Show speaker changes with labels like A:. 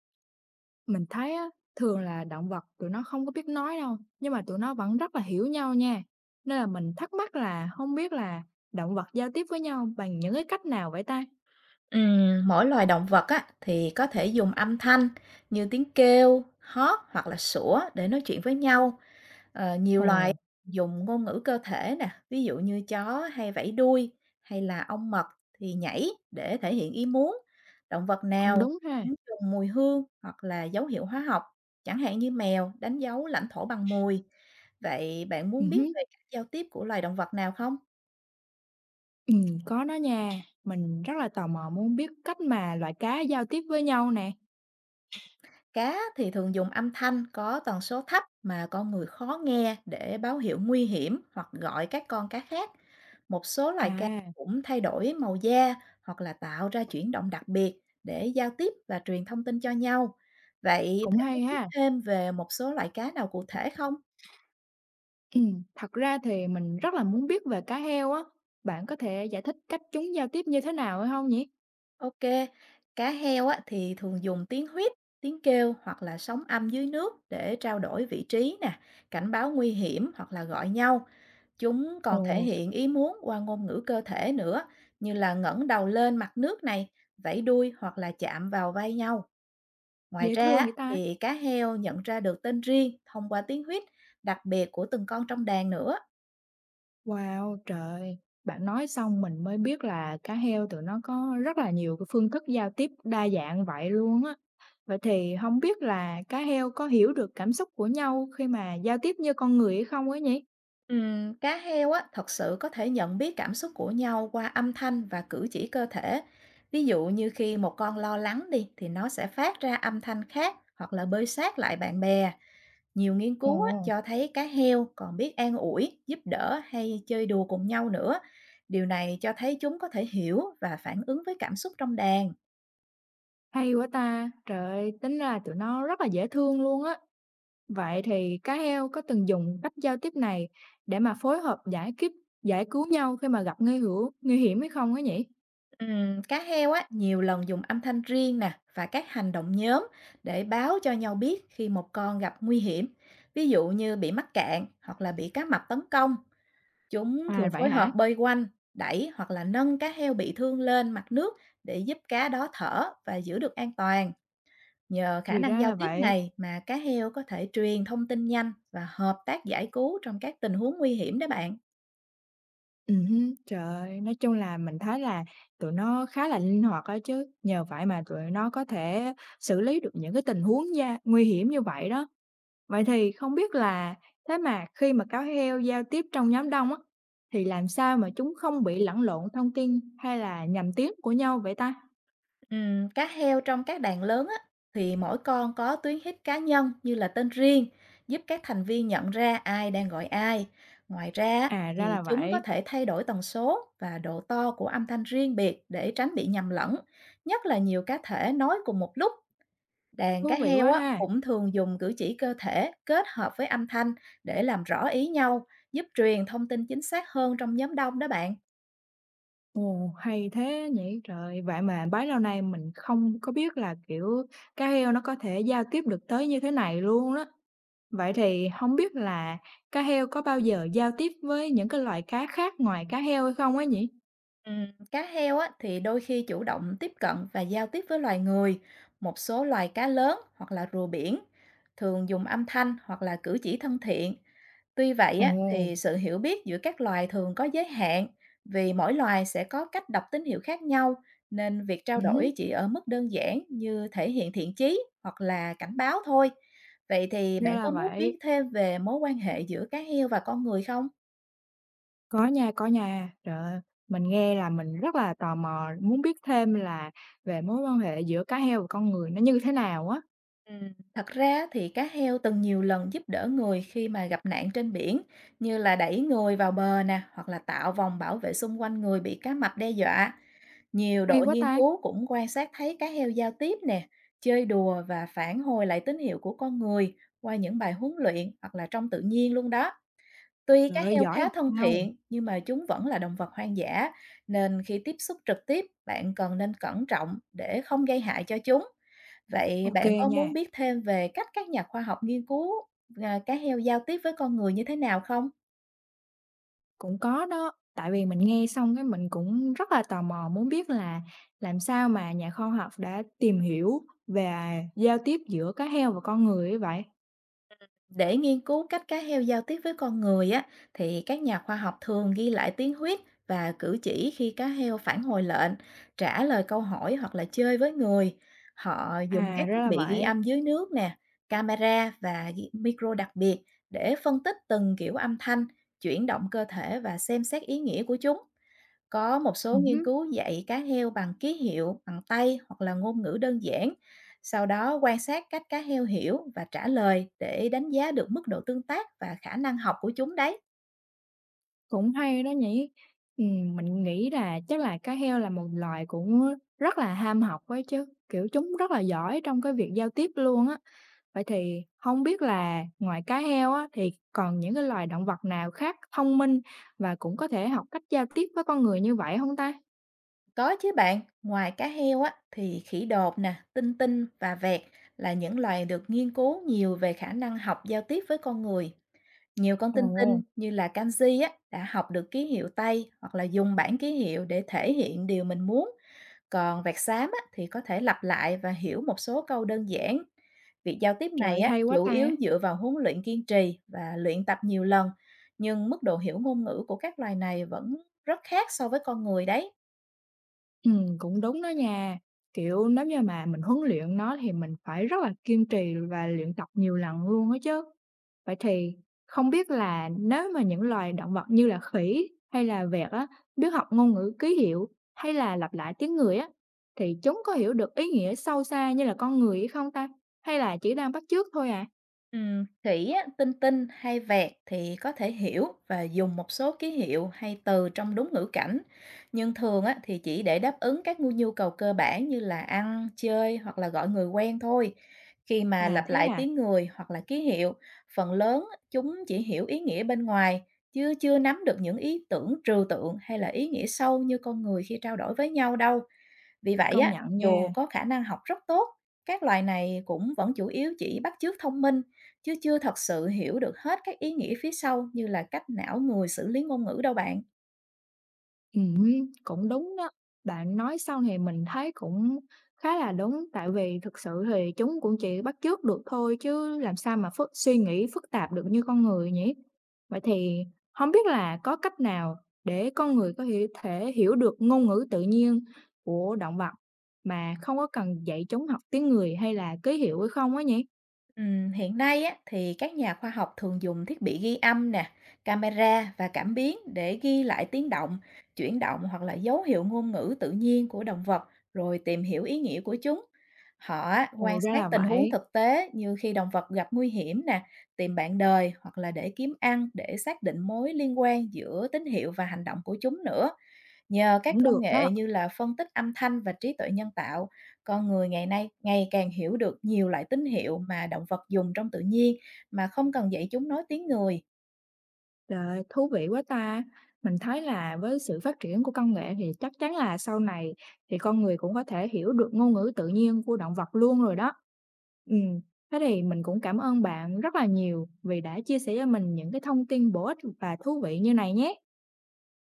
A: Mình thấy á, thường là động vật tụi nó không có biết nói đâu, nhưng mà tụi nó vẫn rất là hiểu nhau nha. Nên là mình thắc mắc là không biết là động vật giao tiếp với nhau bằng những cái cách nào vậy ta?
B: Mỗi loài động vật á, thì có thể dùng âm thanh như tiếng kêu, hót hoặc là sủa để nói chuyện với nhau. Nhiều
A: Ồ,
B: loài dùng ngôn ngữ cơ thể nè, ví dụ như chó hay vẫy đuôi hay là ong mật thì nhảy để thể hiện ý muốn. Động vật
A: cũng
B: nào
A: đúng ha.
B: cũng dùng mùi hương hoặc là dấu hiệu hóa học, chẳng hạn như mèo đánh dấu lãnh thổ bằng mùi. Vậy bạn
A: Ừ,
B: muốn biết
A: hứ,
B: về cách giao tiếp của loài động vật nào không?
A: ừ, có đó nha. Mình rất là tò mò muốn biết cách mà loài cá giao tiếp với nhau nè.
B: Cá thì thường dùng âm thanh có tần số thấp mà con người khó nghe để báo hiệu nguy hiểm hoặc gọi các con cá khác. Một số loài cá
A: À,
B: cũng thay đổi màu da hoặc là tạo ra chuyển động đặc biệt để giao tiếp và truyền thông tin cho nhau. Vậy
A: cũng
B: bạn có
A: hay
B: biết
A: ha.
B: thêm về một số loại cá nào cụ thể không?
A: Ừ, thật ra thì mình rất là muốn biết về cá heo á. Bạn có thể giải thích cách chúng giao tiếp như thế nào hay không nhỉ?
B: Ok, cá heo á, thì thường dùng tiếng huýt, tiếng kêu hoặc là sóng âm dưới nước để trao đổi vị trí nè, cảnh báo nguy hiểm hoặc là gọi nhau. Chúng còn thể
A: Ồ,
B: hiện ý muốn qua ngôn ngữ cơ thể nữa, như là ngẩng đầu lên mặt nước này, vẫy đuôi hoặc là chạm vào vai nhau. Ngoài
A: dễ
B: ra
A: thương vậy
B: á,
A: ta.
B: thì cá heo nhận ra được tên riêng thông qua tiếng huýt đặc biệt của từng con trong đàn nữa.
A: Wow, trời. Bạn nói xong mình mới biết là cá heo tụi nó có rất là nhiều cái phương thức giao tiếp đa dạng vậy luôn á. Vậy thì không biết là cá heo có hiểu được cảm xúc của nhau khi mà giao tiếp như con người hay không ấy nhỉ?
B: Cá heo á, thật sự có thể nhận biết cảm xúc của nhau qua âm thanh và cử chỉ cơ thể. Ví dụ như khi một con lo lắng đi thì nó sẽ phát ra âm thanh khác hoặc là bơi sát lại bạn bè. Nhiều nghiên
A: Ồ,
B: cứu á, cho thấy cá heo còn biết an ủi, giúp đỡ hay chơi đùa cùng nhau nữa. Điều này cho thấy chúng có thể hiểu và phản ứng với cảm xúc trong đàn.
A: hay quá ta! Trời ơi, tính ra tụi nó rất là dễ thương luôn á. Vậy thì cá heo có từng dùng cách giao tiếp này để mà phối hợp giải cứu nhau khi mà gặp nguy hiểm hay không ấy nhỉ?
B: Cá heo á, nhiều lần dùng âm thanh riêng nè và các hành động nhóm để báo cho nhau biết khi một con gặp nguy hiểm. Ví dụ như bị mắc cạn hoặc là bị cá mập tấn công. Chúng
A: À,
B: thường
A: vậy
B: phối hợp
A: hả?
B: bơi quanh, đẩy hoặc là nâng cá heo bị thương lên mặt nước để giúp cá đó thở và giữ được an toàn. Nhờ khả
A: Thì
B: năng
A: ra
B: giao
A: là
B: tiếp
A: vậy.
B: này mà cá heo có thể truyền thông tin nhanh và hợp tác giải cứu trong các tình huống nguy hiểm đó bạn.
A: Hứm. Trời ơi, nói chung là mình thấy là tụi nó khá là linh hoạt đó chứ, nhờ vậy mà tụi nó có thể xử lý được những cái tình huống gia nguy hiểm như vậy đó. Vậy thì không biết là thế mà khi mà cáo heo giao tiếp trong nhóm đông á, thì làm sao mà chúng không bị lẫn lộn thông tin hay là nhầm tiếng của nhau vậy ta?
B: Cá heo trong các đàn lớn á, thì mỗi con có tuyến hít cá nhân như là tên riêng, giúp các thành viên nhận ra ai đang gọi ai. Ngoài ra á,
A: À, ra
B: thì
A: là
B: chúng có
A: vậy,
B: thể thay đổi tần số và độ to của âm thanh riêng biệt để tránh bị nhầm lẫn, nhất là nhiều cá thể nói cùng một lúc. Đàn cá
A: thú vị
B: heo
A: quá
B: á
A: ha.
B: cũng thường dùng cử chỉ cơ thể kết hợp với âm thanh để làm rõ ý nhau, giúp truyền thông tin chính xác hơn trong nhóm đông đó bạn.
A: Ồ, hay thế nhỉ. Trời, vậy mà bấy lâu nay mình không có biết là, kiểu, cá heo nó có thể giao tiếp được tới như thế này luôn đó. Vậy thì không biết là cá heo có bao giờ giao tiếp với những cái loại cá khác ngoài cá heo hay không á nhỉ?
B: Ừm, cá heo á thì đôi khi chủ động tiếp cận và giao tiếp với loài người, một số loài cá lớn hoặc là rùa biển thường dùng âm thanh hoặc là cử chỉ thân thiện. Tuy vậy á,
A: Ồ.
B: thì sự hiểu biết giữa các loài thường có giới hạn, vì mỗi loài sẽ có cách đọc tín hiệu khác nhau, nên việc trao
A: Ừm,
B: đổi chỉ ở mức đơn giản như thể hiện thiện chí hoặc là cảnh báo thôi. Vậy thì
A: ra
B: bạn
A: là
B: có muốn
A: vậy.
B: biết thêm về mối quan hệ giữa cá heo và con người không?
A: Có nha, có nha. Trời ơi, mình nghe là mình rất là tò mò, muốn biết thêm là về mối quan hệ giữa cá heo và con người nó như thế nào á.
B: Ừ. Thật ra thì cá heo từng nhiều lần giúp đỡ người khi mà gặp nạn trên biển, như là đẩy người vào bờ nè, hoặc là tạo vòng bảo vệ xung quanh người bị cá mập đe dọa. Nhiều
A: Hay
B: đội
A: quá
B: nghiên
A: ta!
B: cứu cũng quan sát thấy cá heo giao tiếp nè, chơi đùa và phản hồi lại tín hiệu của con người qua những bài huấn luyện hoặc là trong tự nhiên luôn đó. Tuy
A: Trời
B: cá
A: ơi,
B: heo
A: giỏi
B: khá thân
A: vậy sao!
B: thiện nhưng mà chúng vẫn là động vật hoang dã nên khi tiếp xúc trực tiếp bạn cần nên cẩn trọng để không gây hại cho chúng. Vậy
A: Ô
B: bạn có
A: nha.
B: muốn biết thêm về cách các nhà khoa học nghiên cứu à, cá heo giao tiếp với con người như thế nào không?
A: Cũng có đó, tại vì mình nghe xong cái mình cũng rất là tò mò muốn biết là làm sao mà nhà khoa học đã tìm hiểu về giao tiếp giữa cá heo và con người ấy vậy?
B: Để nghiên cứu cách cá heo giao tiếp với con người á, thì các nhà khoa học thường ghi lại tiếng huyết và cử chỉ khi cá heo phản hồi lệnh, trả lời câu hỏi hoặc là chơi với người. Họ dùng
A: À,
B: các
A: ra
B: thiết
A: là
B: bị ghi
A: vậy.
B: âm dưới nước nè, camera và micro đặc biệt để phân tích từng kiểu âm thanh, chuyển động cơ thể và xem xét ý nghĩa của chúng. Có một số nghiên
A: Ừm,
B: cứu dạy cá heo bằng ký hiệu, bằng tay hoặc là ngôn ngữ đơn giản. Sau đó quan sát cách cá heo hiểu và trả lời để đánh giá được mức độ tương tác và khả năng học của chúng đấy.
A: cũng hay đó nhỉ. Mình nghĩ là chắc là cá heo là một loài cũng rất là ham học ấy chứ, kiểu, chúng rất là giỏi trong cái việc giao tiếp luôn á. Vậy thì không biết là ngoài cá heo á, thì còn những cái loài động vật nào khác thông minh và cũng có thể học cách giao tiếp với con người như vậy không ta?
B: Có chứ bạn, ngoài cá heo á thì khỉ đột nè, tinh tinh và vẹt là những loài được nghiên cứu nhiều về khả năng học giao tiếp với con người. Nhiều con tinh
A: Ồ,
B: tinh như là kanji á đã học được ký hiệu tay hoặc là dùng bảng ký hiệu để thể hiện điều mình muốn. Còn vạt xám á, thì có thể lặp lại và hiểu một số câu đơn giản. Việc giao tiếp này
A: trời
B: á,
A: hay quá
B: chủ
A: ta!
B: yếu dựa vào huấn luyện kiên trì và luyện tập nhiều lần, nhưng mức độ hiểu ngôn ngữ của các loài này vẫn rất khác so với con người đấy.
A: Cũng đúng đó nha. Kiểu, nếu như mà mình huấn luyện nó thì mình phải rất là kiên trì và luyện tập nhiều lần luôn á chứ. Vậy thì không biết là nếu mà những loài động vật như là khỉ hay là vẹt á, biết học ngôn ngữ ký hiệu hay là lặp lại tiếng người á, thì chúng có hiểu được ý nghĩa sâu xa như là con người hay không ta? Hay là chỉ đang bắt chước thôi à?
B: Khỉ á, tinh tinh hay vẹt thì có thể hiểu và dùng một số ký hiệu hay từ trong đúng ngữ cảnh, nhưng thường á, thì chỉ để đáp ứng các nhu nhu cầu cơ bản như là ăn, chơi hoặc là gọi người quen thôi. Khi mà
A: À,
B: lặp
A: thế
B: lại
A: à,
B: tiếng người hoặc là ký hiệu, phần lớn á, chúng chỉ hiểu ý nghĩa bên ngoài, chứ chưa nắm được những ý tưởng trừu tượng hay là ý nghĩa sâu như con người khi trao đổi với nhau đâu. Vì vậy
A: công
B: á,
A: nhận
B: dù
A: nha.
B: có khả năng học rất tốt, các loài này cũng vẫn chủ yếu chỉ bắt chước thông minh, chứ chưa thật sự hiểu được hết các ý nghĩa phía sau như là cách não người xử lý ngôn ngữ đâu bạn.
A: Ừm, cũng đúng đó, bạn nói sau thì mình thấy cũng khá là đúng, tại vì thực sự thì chúng cũng chỉ bắt chước được thôi chứ làm sao mà suy nghĩ phức tạp được như con người nhỉ? Vậy thì không biết là có cách nào để con người có thể thể hiểu được ngôn ngữ tự nhiên của động vật mà không có cần dạy chúng học tiếng người hay là ký hiệu hay không á nhỉ?
B: Hiện nay á, thì các nhà khoa học thường dùng thiết bị ghi âm nè, camera và cảm biến để ghi lại tiếng động, chuyển động hoặc là dấu hiệu ngôn ngữ tự nhiên của động vật rồi tìm hiểu ý nghĩa của chúng. Họ á,
A: Ồ,
B: quan
A: ra
B: sát
A: là
B: tình huống
A: vậy,
B: thực tế như khi động vật gặp nguy hiểm nè, tìm bạn đời hoặc là để kiếm ăn để xác định mối liên quan giữa tín hiệu và hành động của chúng nữa. Nhờ các
A: cũng được
B: công
A: đó.
B: nghệ như là phân tích âm thanh và trí tuệ nhân tạo, con người ngày nay ngày càng hiểu được nhiều loại tín hiệu mà động vật dùng trong tự nhiên mà không cần dạy chúng nói tiếng người.
A: Trời ơi, thú vị quá ta! Mình thấy là với sự phát triển của công nghệ thì chắc chắn là sau này thì con người cũng có thể hiểu được ngôn ngữ tự nhiên của động vật luôn rồi đó. Ừm, thế thì mình cũng cảm ơn bạn rất là nhiều vì đã chia sẻ cho mình những cái thông tin bổ ích và thú vị như này nhé.